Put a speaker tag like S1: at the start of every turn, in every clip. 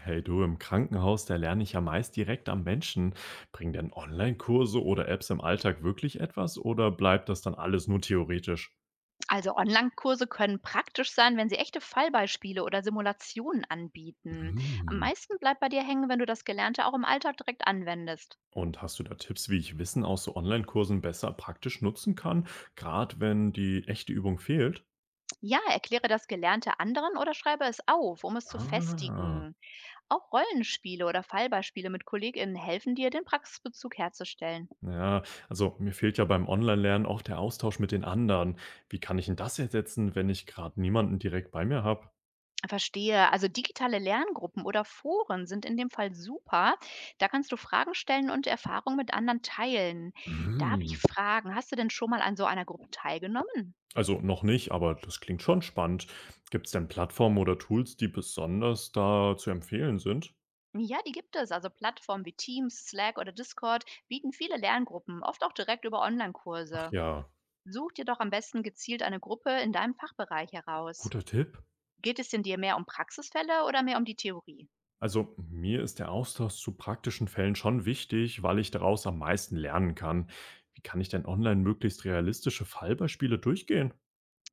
S1: Hey du, im Krankenhaus, da lerne ich ja meist direkt am Menschen. Bringen denn Online-Kurse oder Apps im Alltag wirklich etwas oder bleibt das dann alles nur theoretisch?
S2: Also Online-Kurse können praktisch sein, wenn sie echte Fallbeispiele oder Simulationen anbieten. Am
S1: Hm.
S2: meisten bleibt bei dir hängen, wenn du das Gelernte auch im Alltag direkt anwendest.
S1: Und hast du da Tipps, wie ich Wissen aus so Online-Kursen besser praktisch nutzen kann, gerade wenn die echte Übung fehlt?
S2: Ja, erkläre das Gelernte anderen oder schreibe es auf, um es zu
S1: Ah.
S2: festigen. Auch Rollenspiele oder Fallbeispiele mit KollegInnen helfen dir, den Praxisbezug herzustellen.
S1: Ja, also mir fehlt ja beim Online-Lernen auch der Austausch mit den anderen. Wie kann ich denn das ersetzen, wenn ich gerade niemanden direkt bei mir habe?
S2: Verstehe. Also digitale Lerngruppen oder Foren sind in dem Fall super. Da kannst du Fragen stellen und Erfahrungen mit anderen teilen. Darf ich
S1: Hm.
S2: fragen, hast du denn schon mal an so einer Gruppe teilgenommen?
S1: Also noch nicht, aber das klingt schon spannend. Gibt es denn Plattformen oder Tools, die besonders da zu empfehlen sind?
S2: Ja, die gibt es. Also Plattformen wie Teams, Slack oder Discord bieten viele Lerngruppen, oft auch direkt über
S1: Ach
S2: Online-Kurse.
S1: ja,
S2: Such dir doch am besten gezielt eine Gruppe in deinem Fachbereich heraus.
S1: guter Tipp.
S2: Geht es denn dir mehr um Praxisfälle oder mehr um die Theorie?
S1: Also mir ist der Austausch zu praktischen Fällen schon wichtig, weil ich daraus am meisten lernen kann. Wie kann ich denn online möglichst realistische Fallbeispiele durchgehen?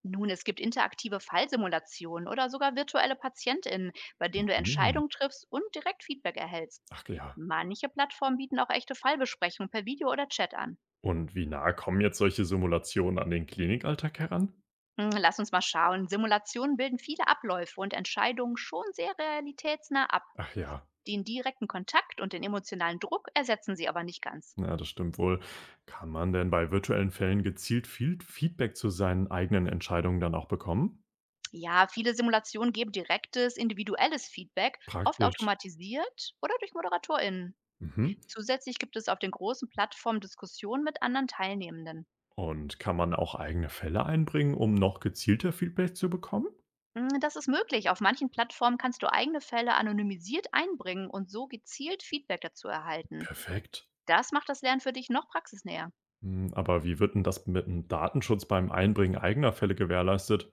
S2: Nun, es gibt interaktive Fallsimulationen oder sogar virtuelle PatientInnen, bei denen du
S1: Hm.
S2: Entscheidungen triffst und direkt Feedback erhältst.
S1: Ach ja.
S2: Manche Plattformen bieten auch echte Fallbesprechungen per Video oder Chat an.
S1: Und wie nah kommen jetzt solche Simulationen an den Klinikalltag heran?
S2: Lass uns mal schauen. Simulationen bilden viele Abläufe und Entscheidungen schon sehr realitätsnah ab.
S1: Ach ja.
S2: Den direkten Kontakt und den emotionalen Druck ersetzen sie aber nicht ganz.
S1: Ja, das stimmt wohl. Kann man denn bei virtuellen Fällen gezielt viel Feedback zu seinen eigenen Entscheidungen dann auch bekommen?
S2: Ja, viele Simulationen geben direktes, individuelles Feedback, oft
S1: Praktisch.
S2: automatisiert oder durch ModeratorInnen.
S1: Mhm.
S2: Zusätzlich gibt es auf den großen Plattformen Diskussionen mit anderen Teilnehmenden.
S1: Und kann man auch eigene Fälle einbringen, um noch gezielter Feedback zu bekommen?
S2: Das ist möglich. Auf manchen Plattformen kannst du eigene Fälle anonymisiert einbringen und so gezielt Feedback dazu erhalten.
S1: Perfekt.
S2: Das macht das Lernen für dich noch praxisnäher.
S1: Hm, aber wie wird denn das mit dem Datenschutz beim Einbringen eigener Fälle gewährleistet?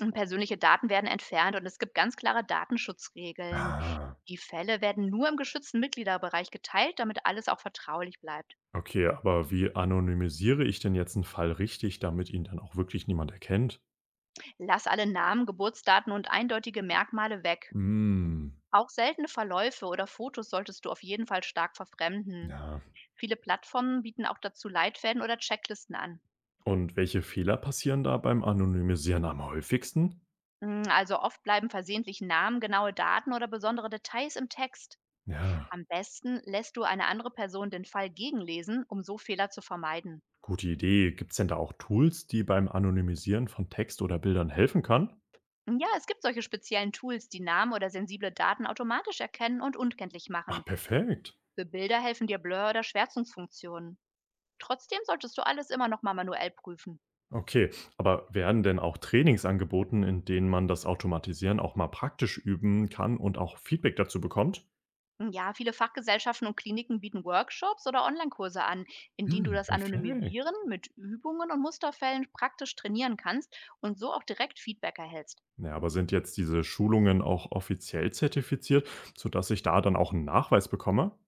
S2: Und persönliche Daten werden entfernt und es gibt ganz klare Datenschutzregeln.
S1: Ah.
S2: Die Fälle werden nur im geschützten Mitgliederbereich geteilt, damit alles auch vertraulich bleibt.
S1: Okay, aber wie anonymisiere ich denn jetzt einen Fall richtig, damit ihn dann auch wirklich niemand erkennt?
S2: Lass alle Namen, Geburtsdaten und eindeutige Merkmale weg.
S1: Hm,
S2: Auch seltene Verläufe oder Fotos solltest du auf jeden Fall stark verfremden.
S1: ja.
S2: Viele Plattformen bieten auch dazu Leitfäden oder Checklisten an.
S1: Und welche Fehler passieren da beim Anonymisieren am häufigsten?
S2: Also oft bleiben versehentlich Namen, genaue Daten oder besondere Details im Text.
S1: Ja,
S2: Am besten lässt du eine andere Person den Fall gegenlesen, um so Fehler zu vermeiden.
S1: gute Idee. Gibt's denn da auch Tools, die beim Anonymisieren von Text oder Bildern helfen kann?
S2: Ja, es gibt solche speziellen Tools, die Namen oder sensible Daten automatisch erkennen und unkenntlich
S1: Ach,
S2: machen.
S1: perfekt.
S2: Für Bilder helfen dir Blur- oder Schwärzungsfunktionen. Trotzdem solltest du alles immer noch mal manuell prüfen.
S1: Okay, aber werden denn auch Trainings angeboten, in denen man das Automatisieren auch mal praktisch üben kann und auch Feedback dazu bekommt?
S2: Ja, viele Fachgesellschaften und Kliniken bieten Workshops oder Online-Kurse an, in denen du
S1: Hm,
S2: das
S1: perfekt.
S2: Anonymisieren mit Übungen und Musterfällen praktisch trainieren kannst und so auch direkt Feedback erhältst.
S1: Ja, aber sind jetzt diese Schulungen auch offiziell zertifiziert, sodass ich da dann auch einen Nachweis bekomme?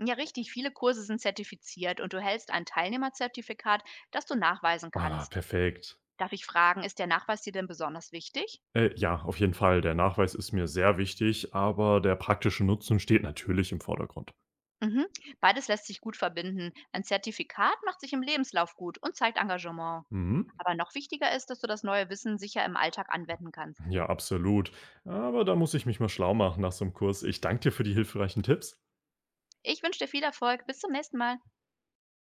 S2: Ja, richtig, viele Kurse sind zertifiziert und du hältst ein Teilnehmerzertifikat, das du nachweisen
S1: Ah,
S2: kannst.
S1: perfekt.
S2: Darf ich fragen, ist der Nachweis dir denn besonders wichtig?
S1: Ja, auf jeden Fall. Der Nachweis ist mir sehr wichtig, aber der praktische Nutzen steht natürlich im Vordergrund.
S2: Mhm. Beides lässt sich gut verbinden. Ein Zertifikat macht sich im Lebenslauf gut und zeigt Engagement.
S1: Mhm.
S2: Aber noch wichtiger ist, dass du das neue Wissen sicher im Alltag anwenden kannst.
S1: Ja, absolut. Aber da muss ich mich mal schlau machen nach so einem Kurs. Ich danke dir für die hilfreichen Tipps.
S2: Ich wünsche dir viel Erfolg. Bis zum nächsten Mal.